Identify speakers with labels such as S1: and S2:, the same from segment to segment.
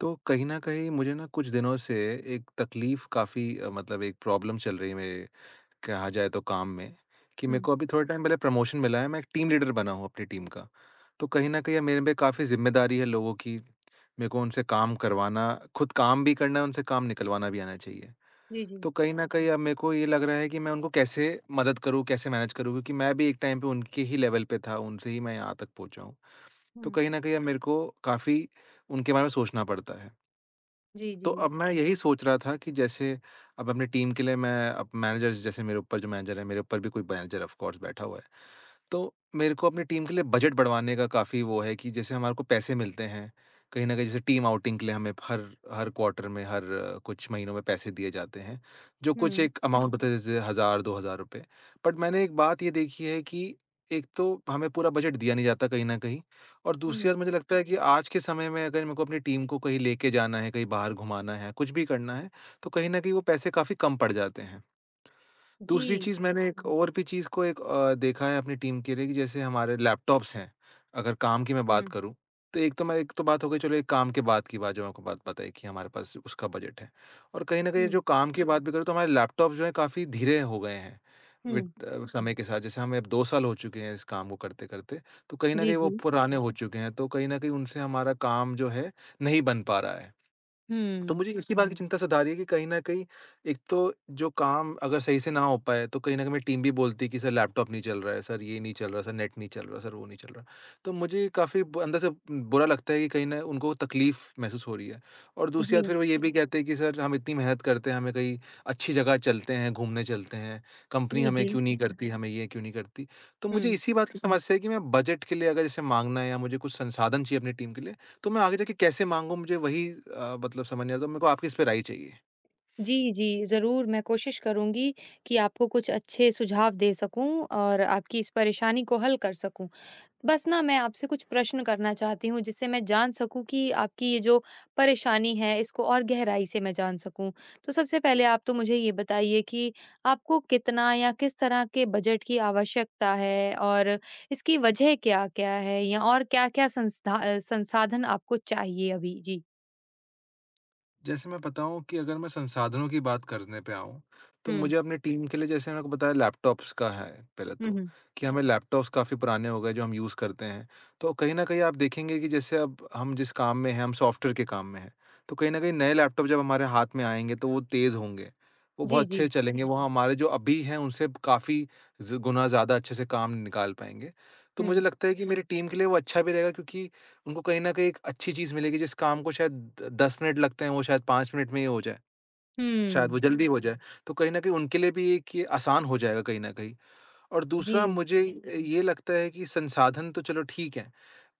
S1: तो कहीं न कहीं मुझे ना कुछ दिनों से एक तकलीफ़ काफ़ी मतलब एक प्रॉब्लम चल रही है मेरे कहा जाए तो काम में, कि मेरे
S2: हुँ।
S1: को अभी थोड़े टाइम पहले प्रमोशन मिला है, मैं एक टीम लीडर बना हूँ अपनी टीम का। तो कहीं न कहीं अब मेरे पे काफ़ी ज़िम्मेदारी है लोगों की, मेरे को उनसे काम करवाना खुद काम भी करना है, उनसे काम निकलवाना भी आना चाहिए।
S2: जी, जी।
S1: तो कहीं न कहीं अब मेरे को ये लग रहा है कि मैं उनको कैसे मदद करूँ, कैसे मैनेज करूँ? क्योंकि मैं भी एक टाइम पे उनके ही लेवल पे था, उनसे ही मैं यहाँ तक पहुँचा हूँ। तो
S2: हुँ।
S1: कहीं न कहीं अब मेरे को काफ़ी उनके बारे में सोचना पड़ता है।
S2: जी,
S1: तो
S2: जी।
S1: अब मैं यही सोच रहा था कि जैसे अब अपनी टीम के लिए मैं अब मैनेजर्स जैसे मेरे ऊपर जो मैनेजर है मेरे ऊपर भी कोई मैनेजर ऑफ कोर्स बैठा हुआ है। तो मेरे को अपनी टीम के लिए बजट बढ़वाने का काफ़ी वो है कि जैसे हमारे को पैसे मिलते हैं, कहीं न कहीं जैसे टीम आउटिंग के लिए हमें हर हर क्वार्टर में, हर कुछ महीनों में पैसे दिए जाते हैं, जो कुछ
S2: हुँ,
S1: एक अमाउंट बताते थे 1000-2000 रुपए। बट मैंने एक बात ये देखी है कि एक तो हमें पूरा बजट दिया नहीं जाता कहीं न कहीं और दूसरी
S2: हुँ।
S1: बात मुझे लगता है कि आज के समय में अगर मेरे को अपनी टीम को कहीं लेके जाना है, कहीं बाहर घुमाना है, कुछ भी करना है, तो कहीं न कहीं वो पैसे काफ़ी कम पड़ जाते हैं। दूसरी
S2: जी।
S1: चीज़ मैंने एक और भी चीज़ को एक देखा है अपनी टीम के लिए कि जैसे हमारे लैपटॉप्स हैं, अगर काम की मैं बात
S2: हुँ,
S1: करूँ, तो एक तो बात हो गई चलो एक काम के बाद की बात जो आपको बात बताई कि हमारे पास उसका बजट है। और कहीं न कहीं
S2: हुँ,
S1: जो काम की बात भी करूँ तो हमारे लैपटॉप जो है काफ़ी धीरे हो गए हैं,
S2: हुँ।
S1: समय के साथ जैसे हमें अब 2 साल हो चुके हैं इस काम को करते-करते, तो कहीं न
S2: जी,
S1: कहीं वो
S2: जी।
S1: पुराने हो चुके हैं, तो कहीं न कहीं उनसे हमारा काम जो है नहीं बन पा रहा है। तो
S2: हुँ।
S1: मुझे इसी बात की चिंता सता रही है कि कहीं न कहीं एक तो जो काम अगर सही से ना हो पाए तो कहीं न कहीं मेरी टीम भी बोलती है कि सर लैपटॉप नहीं चल रहा है, सर ये नहीं चल रहा, सर नेट नहीं चल रहा, सर वो नहीं चल रहा। तो मुझे काफ़ी ब अंदर से बुरा लगता है कि कहीं न उनको तकलीफ़ महसूस हो रही है। और दूसरी बात
S2: जी,
S1: फिर वो ये भी कहते हैं कि सर हम इतनी मेहनत करते हैं, हमें कहीं अच्छी जगह चलते हैं, घूमने चलते हैं, कंपनी
S2: जी,
S1: हमें
S2: जी।
S1: क्यों नहीं करती, हमें ये क्यों नहीं करती। तो मुझे
S2: हुँ।
S1: इसी बात की समस्या है कि मैं बजट के लिए अगर जैसे माँगना है या मुझे कुछ संसाधन चाहिए अपनी टीम के लिए तो मैं आगे जाके कैसे माँगूँ मुझे वही मतलब समझ नहीं आता, मेरे को आपकी इस पे राय चाहिए।
S2: जी, जी, ज़रूर मैं कोशिश करूँगी कि आपको कुछ अच्छे सुझाव दे सकूँ और आपकी इस परेशानी को हल कर सकूँ। बस ना मैं आपसे कुछ प्रश्न करना चाहती हूँ जिससे मैं जान सकूँ कि आपकी ये जो परेशानी है इसको और गहराई से मैं जान सकूँ। तो सबसे पहले आप तो मुझे ये बताइए कि आपको कितना या किस तरह के बजट की आवश्यकता है और इसकी वजह क्या-क्या है या और क्या-क्या संस्था संसाधन आपको चाहिए अभी? जी।
S1: जैसे मैं बताऊँ कि अगर मैं संसाधनों की बात करने पे आऊँ, तो
S2: हुँ।
S1: मुझे अपनी टीम के लिए जैसे मैंने आपको बताया लैपटॉप्स का है पहले
S2: हुँ,
S1: तो,
S2: हुँ।
S1: कि हमें लैपटॉप्स काफ़ी पुराने हो गए जो हम यूज़ करते हैं। तो कहीं न कहीं आप देखेंगे कि जैसे अब हम जिस काम में हैं, हम सॉफ्टवेयर के काम में हैं, तो कहीं न कहीं नए लैपटॉप जब हमारे हाथ में आएँगे तो वो तेज़ होंगे, वो
S2: जी,
S1: बहुत
S2: जी।
S1: अच्छे चलेंगे, वो हमारे जो अभी हैं उनसे काफ़ी ज़ गुना ज़्यादा अच्छे से काम निकाल पाएँगे। तो
S2: हुँ।
S1: मुझे लगता है कि मेरी टीम के लिए वो अच्छा भी रहेगा क्योंकि उनको कहीं न कहीं एक अच्छी चीज़ मिलेगी जिस काम को शायद द 10 मिनट लगते हैं वो शायद 5 मिनट में ही हो जाए, शायद वो
S2: हुँ।
S1: जल्दी हो जाए। तो कहीं न कहीं उनके लिए भी एक ये आसान हो जाएगा कहीं न कहीं। और
S2: जी।
S1: दूसरा मुझे ये लगता है कि संसाधन तो चलो ठीक है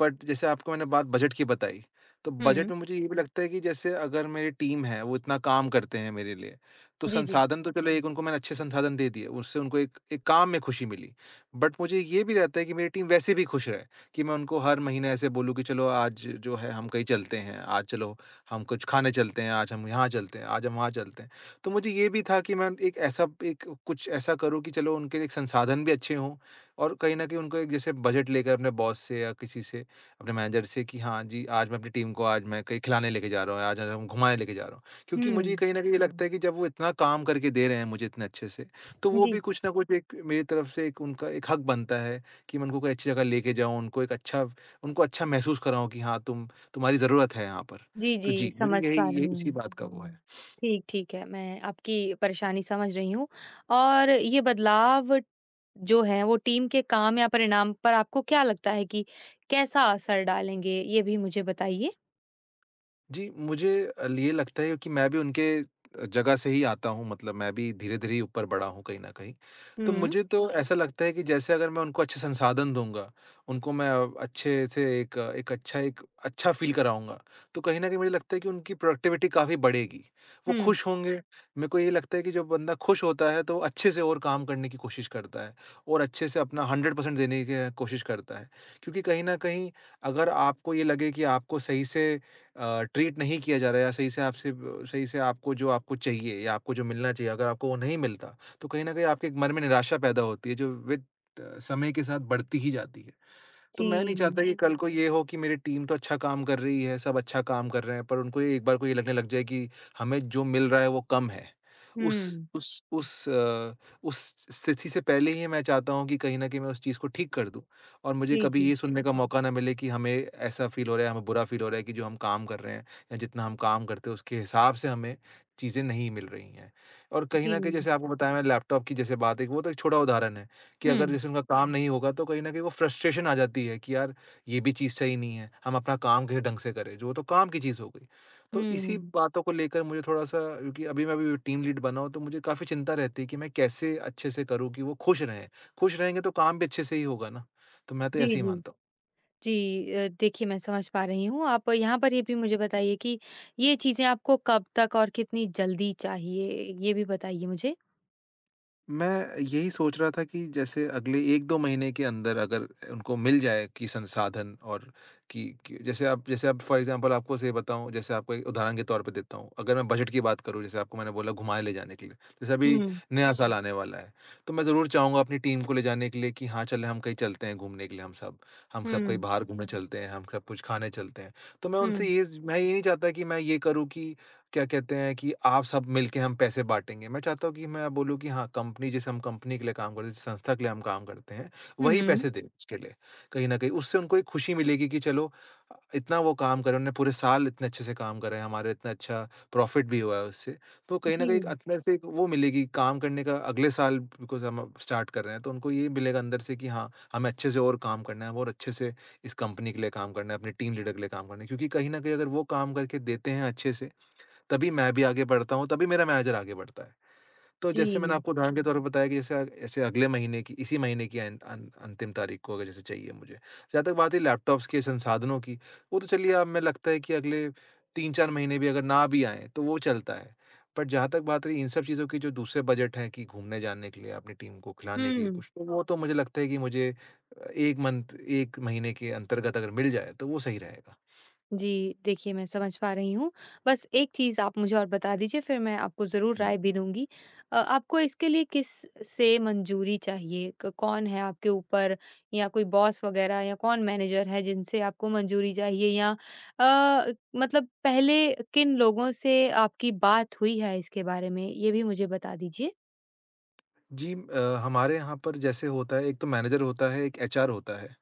S1: बट जैसे आपको मैंने बात बजट की बताई, तो बजट
S2: हुँ।
S1: में मुझे ये भी लगता है कि जैसे अगर मेरी टीम है, वो इतना काम करते हैं मेरे लिए, तो
S2: जी, जी।
S1: संसाधन तो चलो एक उनको मैंने अच्छे संसाधन दे दिए, उससे उनको एक एक काम में खुशी मिली। बट मुझे ये भी रहता है कि मेरी टीम वैसे भी खुश रहे, कि मैं उनको हर महीने ऐसे बोलूँ कि चलो आज जो है हम कहीं चलते हैं, आज चलो हम कुछ खाने चलते हैं, आज हम यहाँ चलते हैं, आज हम वहाँ चलते हैं। तो मुझे ये भी था कि मैं एक ऐसा एक कुछ ऐसा करूँ कि चलो उनके एक संसाधन भी अच्छे हों और कहीं न कहीं उनको एक जैसे बजट लेकर अपने बॉस से या किसी से अपने मैनेजर से कि हाँ जी, आज मैं अपनी टीम को आज मैं कहीं खिलाने लेके जा रहा हूँ, आज हम घुमाने लेके जा रहा हूँ। क्योंकि मुझे
S2: हुँ।
S1: कहीं न कहीं ये लगता हुँ। है कि जब वो इतना काम करके दे रहे हैं मुझे इतने अच्छे से, तो वो
S2: जी।
S1: भी कुछ न कुछ एक मेरी तरफ से एक उनका एक हक बनता है कि मैं उनको कोई अच्छी जगह लेके जाऊँ, उनको एक अच्छा उनको अच्छा महसूस कराऊँ कि हाँ, तुम तुम्हारी ज़रूरत है यहाँ पर।
S2: जी,
S1: तो
S2: जी,
S1: जी, मुझे
S2: समझ
S1: यही
S2: पा रही
S1: ये इसी
S2: हूँ।
S1: बात का वो है।
S2: ठीक, ठीक है। मैं आपकी परेशानी समझ रही हूँ और ये बदलाव जो है वो टीम के काम या परिणाम पर आपको क्या लगता है कि कैसा असर डालेंगे? ये भी मुझे बताइए।
S1: जी, मुझे ये लगता है कि मैं भी उनके जगह से ही आता हूँ मतलब मैं भी धीरे-धीरे ही ऊपर बढ़ा हूँ कहीं न कहीं। तो
S2: हुँ,
S1: मुझे तो ऐसा लगता है कि जैसे अगर मैं उनको अच्छे संसाधन दूँगा, उनको मैं अच्छे से एक एक अच्छा फ़ील कराऊँगा, तो कहीं न कहीं मुझे लगता है कि उनकी प्रोडक्टिविटी काफ़ी बढ़ेगी। वो
S2: हुँ।
S1: खुश होंगे, मेरे को ये लगता है कि जब बंदा खुश होता है तो वो अच्छे से और काम करने की कोशिश करता है और अच्छे से अपना 100% देने की कोशिश करता है। क्योंकि कहीं न कहीं अगर आपको ये लगे कि आपको सही से ट्रीट नहीं किया जा रहा है या सही से आपसे ब सही से आपको जो आपको चाहिए या आपको जो मिलना चाहिए, अगर आपको वो नहीं मिलता, तो कहीं न कहीं आपके मन में निराशा पैदा होती है, जो समय के साथ बढ़ती ही जाती है। तो
S2: जी।
S1: मैं नहीं चाहता कि कल को ये हो कि मेरी टीम तो अच्छा काम कर रही है, सब अच्छा काम कर रहे हैं, पर उनको ये एक बार को ये लगने लग जाए कि हमें जो मिल रहा है वो कम है। उस
S2: हुँ।
S1: उस उस अ, उस स्थिति से पहले ही मैं चाहता हूँ कि कहीं न कहीं मैं उस चीज़ को ठीक कर दूँ और मुझे
S2: जी,
S1: कभी
S2: जी।
S1: ये सुनने का मौका ना मिले कि हमें ऐसा फ़ील हो रहा है, हमें बुरा फ़ील हो रहा है कि जो हम काम कर रहे हैं या जितना हम काम करते हैं उसके हिसाब से हमें चीज़ें नहीं मिल रही हैं। और कहीं
S2: जी।
S1: न कहीं जैसे आपको बताया मैंने लैपटॉप की जैसे बात है, वो तो एक छोटा उदाहरण है। कि
S2: हुँ,
S1: अगर जैसे उनका काम नहीं होगा तो कहीं न कहीं वो फ्रस्ट्रेशन आ जाती है कि यार ये भी चीज़ सही नहीं है, हम अपना काम कैसे ढंग से करें, जो तो काम की चीज़ हो गई। तो इसी
S2: हुँ।
S1: बातों को लेकर मुझे थोड़ा-सा क्योंकि अभी मैं भी टीम लीड बना हूँ तो मुझे काफ़ी चिंता रहती है कि मैं कैसे अच्छे से करूँ कि वो खुश रहें। खुश रहेंगे तो काम भी अच्छे से ही होगा ना, तो मैं तो
S2: जी,
S1: ऐसे ही
S2: जी।
S1: मानता हूँ।
S2: जी, देखिए मैं समझ पा रही हूँ। आप यहाँ पर ये भी मुझे बताइए कि ये चीज़ें आपको कब तक और कितनी जल्दी चाहिए? ये भी बताइए मुझे।
S1: मैं यही सोच रहा था कि जैसे अगले 1-2 महीने के अंदर अगर उनको मिल जाए कि संसाधन और कि जैसे आप फ़ॉर एग्ज़ाम्पल आपको से बताऊँ जैसे आपको एक उदाहरण के तौर पे देता हूँ, अगर मैं बजट की बात करूँ जैसे आपको मैंने बोला घुमाने ले जाने के लिए, जैसे अभी
S2: हुँ,
S1: नया साल आने वाला है, तो मैं ज़रूर चाहूँगा अपनी टीम को ले जाने के लिए कि हाँ, चलें हम कहीं चलते हैं घूमने के लिए हम सब। हम सब कहीं
S2: हुँ,
S1: बाहर घूमने चलते हैं, हम सब कुछ खाने चलते हैं। तो मैं उनसे
S2: हुँ।
S1: ये ज मैं ये नहीं चाहता कि मैं ये करूँ कि क्या कहते हैं कि आप सब मिलके हम पैसे बाँटेंगे। मैं चाहता हूँ कि मैं बोलूँ कि हाँ, कंपनी जैसे हम कंपनी के लिए काम करते हैं, जिस संस्था के लिए हम काम करते हैं,
S2: हुँ,
S1: वही
S2: हुँ।
S1: पैसे दें उसके लिए। कहीं न कहीं उससे उनको एक खुशी मिलेगी कि चलो इतना वो काम करे, उन्होंने पूरे साल इतने अच्छे से काम करा है, हमारा इतना अच्छा प्रॉफ़िट भी हुआ है उससे। तो कहीं न
S2: जी।
S1: कहीं एक अंदर से एक वो मिलेगी काम करने का अगले साल बिकॉज़ हम अब स्टार्ट कर रहे हैं, तो उनको ये मिलेगा अंदर से कि हाँ, हमें अच्छे से और काम करना है और अच्छे से इस कंपनी के लिए काम करना है, अपने टीम लीडर के लिए काम करना है। क्योंकि कहीं न कहीं अगर वो काम करके देते हैं अच्छे से, तभी मैं भी आगे बढ़ता हूँ, तभी मेरा मैनेजर आगे बढ़ता है। तो जैसे मैंने
S2: जी।
S1: आपको उदाहरण के तौर पे बताया कि जैसे ऐसे अगले महीने की इसी महीने की एंड अन अंतिम तारीख को अगर जैसे चाहिए मुझे। जहाँ तक बात है लैपटॉप्स के संसाधनों की, वो तो चलिए अब मैं लगता है कि अगले 3-4 महीने भी अगर ना भी आएँ, तो वो चलता है। बट जहाँ तक बात रही इन सब चीज़ों की जो दूसरे बजट हैं कि घूमने जाने के लिए, अपनी टीम को खिलाने के लिए
S2: हुँ।
S1: कुछ, तो वो तो मुझे लगता है कि मुझे 1 मंथ 1 महीने के अंतर्गत अगर मिल जाए, तो वो सही रहेगा।
S2: जी, देखिए मैं समझ पा रही हूँ। बस एक चीज़ आप मुझे और बता दीजिए फिर मैं आपको ज़रूर राय भी दूँगी। आपको इसके लिए किस से मंजूरी चाहिए? क कौन है आपके ऊपर या कोई बॉस वग़ैरह या कौन मैनेजर है जिनसे आपको मंजूरी चाहिए या मतलब पहले किन लोगों से आपकी बात हुई है इसके बारे में? ये भी मुझे बता दीजिए।
S1: जी हमारे यहाँ पर जैसे होता है एक तो मैनेजर होता है, एक एचआर होता है।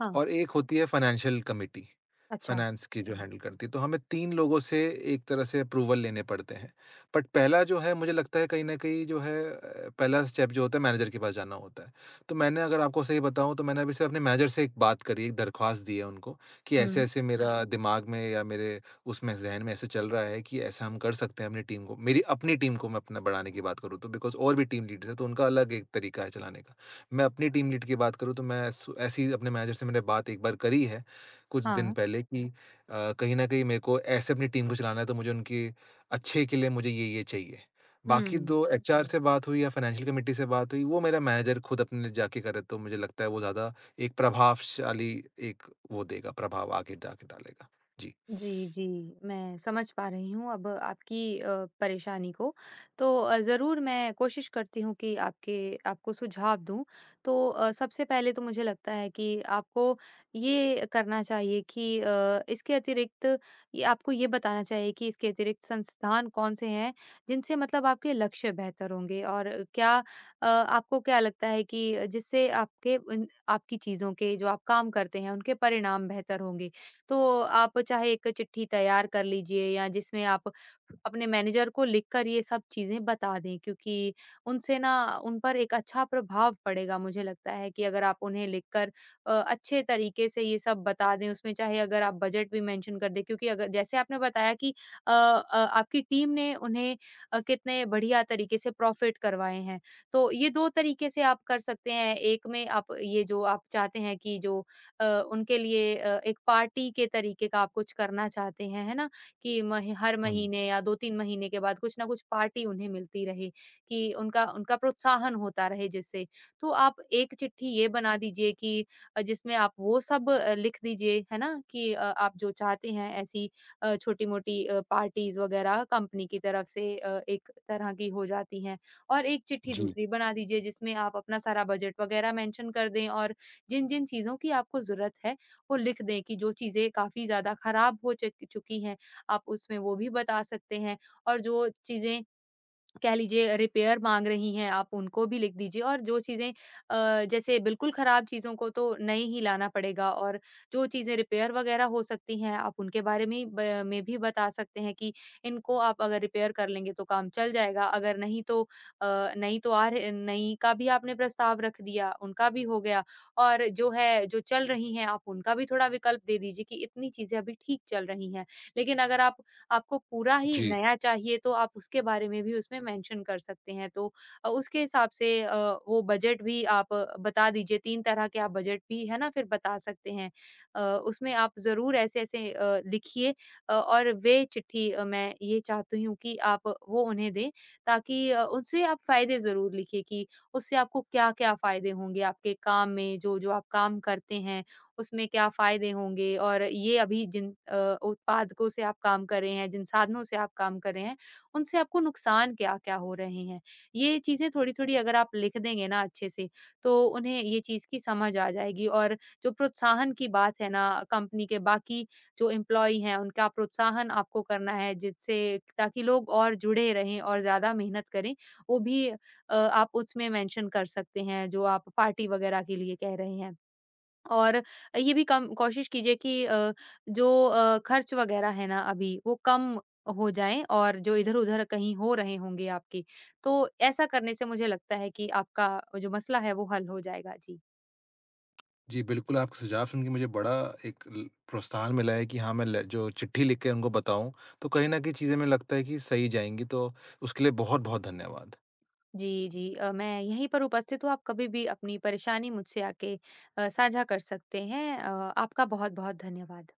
S2: हाँ।
S1: और एक होती है फाइनेंशियल कमिटी,
S2: अच्छा।
S1: फाइनेंस की जो हुँ। हैंडल करती है। तो हमें 3 लोगों से एक तरह से अप्रूवल लेने पड़ते हैं। बट पहला जो है मुझे लगता है कहीं न कहीं जो है पहला स्टेप जो होता है मैनेजर के पास जाना होता है। तो मैंने अगर आपको सही बताऊँ तो मैंने अभी सिर्फ़ अपने मैनेजर से एक बात करी, एक दरख्वास्त दी है उनको कि
S2: हुँ।
S1: ऐसे-ऐसे हाँ। मेरा दिमाग में या मेरे उसमें ज़हन में ऐसे चल रहा है कि ऐसा हम कर सकते हैं अपनी टीम को मेरी अपनी टीम को मैं अपना बढ़ाने की बात करूँ तो बिकॉज़ और भी टीम लीडर्स हैं तो उनका अलग एक तरीका है चलाने का। मैं अपनी टीम लीड की बात करूँ तो मैं सु ऐसी अपने मैनेजर से मैंने बात एक बार करी है, कुछ दिन
S2: हाँ।
S1: पहले कि कहीं न कहीं मेरे को ऐसे अपनी टीम को चलाना है तो मुझे उनके अच्छे के लिए मुझे ये-ये चाहिए। बाकी
S2: हुँ।
S1: 2 एचआर अच्छा। से बात हुई या फाइनेंशियल कमिटी से बात हुई, वो मेरा मैनेजर खुद अपने लिए जाके करे तो मुझे लगता है वो ज़्यादा एक प्रभावशाली एक वो देगा, प्रभाव आगे जाके डालेगा। जी।
S2: जी, जी। मैं समझ पा रही हूँ अब आपकी परेशानी को। तो ज़रूर मैं कोशिश करती हूँ कि आपके आपको सुझाव दूँ। तो सबसे पहले तो मुझे लगता है कि आपको ये करना चाहिए कि इसके अतिरिक्त ये आपको ये बताना चाहिए कि इसके अतिरिक्त संस्थान कौन-से हैं, जिनसे मतलब आपके लक्ष्य बेहतर होंगे और क्या आपको क्या लगता है कि जिससे आपके उन आपकी चीज़ों के जो आप काम करते हैं, उनके परिणाम बेहतर होंगे। तो आप चाहे एक चिट्ठी तैयार कर लीजिए या जिसमें आप अपने मैनेजर को लिखकर ये सब चीज़ें बता दें क्योंकि उनसे ना उन पर एक अच्छा प्रभाव पड़ेगा मुझे लगता है कि अगर आप उन्हें लिखकर अच्छे तरीके से ये सब बता दें उसमें चाहे अगर आप बजट भी मेंशन कर दें क्योंकि अगर जैसे आपने बताया कि आपकी टीम ने उन्हें कितने बढ़िया तरीके से प्रॉफिट करवाए हैं तो ये दो तरीके से आप कर सकते हैं एक में आप ये जो आप चाहते हैं कि जो अ, उनके लिए एक पार्टी के तरीके का आप कुछ करना चाहते हैं, है ना? कि मह हर
S1: हुँ,
S2: महीने या 2-3 महीने के बाद कुछ न कुछ पार्टी उन्हें मिलती रहे, कि उनका उनका प्रोत्साहन होता रहे जिससे। तो आप एक चिट्ठी ये बना दीजिए कि जिसमें आप वो सब लिख दीजिए, है ना? कि आप जो चाहते हैं ऐसी छोटी-मोटी पार्टीज़ वगैरह कंपनी की तरफ से एक तरह की हो जाती हैं। और एक चिट्ठी
S1: जी,
S2: दूसरी बना दीजिए जिसमें आप अपना सारा बजट वगैरह मेंशन कर दें और जिन-जिन चीज़ों की आपको ज़रूरत है, वो लिख दें कि जो चीज़ें काफ़ी ज़्यादा खराब हो चक चुकी हैं, आप उसमें वो भी बता सकते हैं और जो चीज़ें कह लीजिए रिपेयर माँग रही हैं आप उनको भी लिख दीजिए और जो चीज़ें जैसे बिल्कुल ख़राब चीज़ों को तो नई ही लाना पड़ेगा और जो चीज़ें रिपेयर वग़ैरह हो सकती हैं आप उनके बारे में ही ब में भी बता सकते हैं कि इनको आप अगर रिपेयर कर लेंगे तो काम चल जाएगा, अगर नहीं तो नहीं तो आर नई का भी आपने प्रस्ताव रख दिया, उनका भी हो गया और जो है जो चल रही हैं आप उनका भी थोड़ा विकल्प दे दीजिए कि इतनी चीज़ें अभी ठीक चल रही हैं। लेकिन अगर आप आपको पूरा ही
S1: जी।
S2: नया चाहिए तो आप उसके बारे में भी उसमें मेंशन कर सकते हैं। तो उसके हिसाब से वो बजट भी आप बता दीजिए 3 तरह के आप बजट भी है ना फिर बता सकते हैं। अ, उसमें आप ज़रूर ऐसे-ऐसे लिखिए और वे चिट्ठी मैं ये चाहती हूँ कि आप वो उन्हें दें ताकि उनसे आप फ़ायदे ज़रूर लिखिए कि उससे आपको क्या-क्या फ़ायदे होंगे आपके काम में, जो-जो आप काम करते हैं। उसमें क्या फ़ायदे होंगे और ये अभी जिन उत्पादकों से आप काम कर रहे हैं, जिन साधनों से आप काम कर रहे हैं, उनसे आपको नुकसान क्या-क्या हो रहे हैं। ये चीज़ें थोड़ी-थोड़ी अगर आप लिख देंगे ना अच्छे से, तो उन्हें ये चीज़ की समझ आ जाएगी और जो प्रोत्साहन की बात है ना, कंपनी के बाकी जो एम्प्लॉयी हैं, उनका प्रोत्साहन आपको करना है जिससे ताकि लोग और जुड़े रहें और ज़्यादा मेहनत करें, वो भी आप उसमें मेंशन कर सकते हैं, जो आप पार्टी वगैरह के लिए कह रहे हैं। और ये भी कम कोशिश कीजिए कि जो खर्च वगैरह है ना अभी वो कम हो जाएँ और जो इधर-उधर कहीं हो रहे होंगे आपके, तो ऐसा करने से मुझे लगता है कि आपका जो मसला है वो हल हो जाएगा। जी।
S1: जी, बिल्कुल, आपका सुझाव सुन के मुझे बड़ा एक ल प्रोत्साहन मिला है कि हाँ, मैं ल जो चिट्ठी लिख के उनको बताऊँ, तो कहीं न कहीं चीज़ें मुझे लगता है कि सही जाएँगी, तो उसके लिए बहुत-बहुत धन्यवाद।
S2: जी, जी। मैं यहीं पर उपस्थित हूँ, आप कभी भी अपनी परेशानी मुझसे आके साझा कर सकते हैं। आपका बहुत-बहुत धन्यवाद।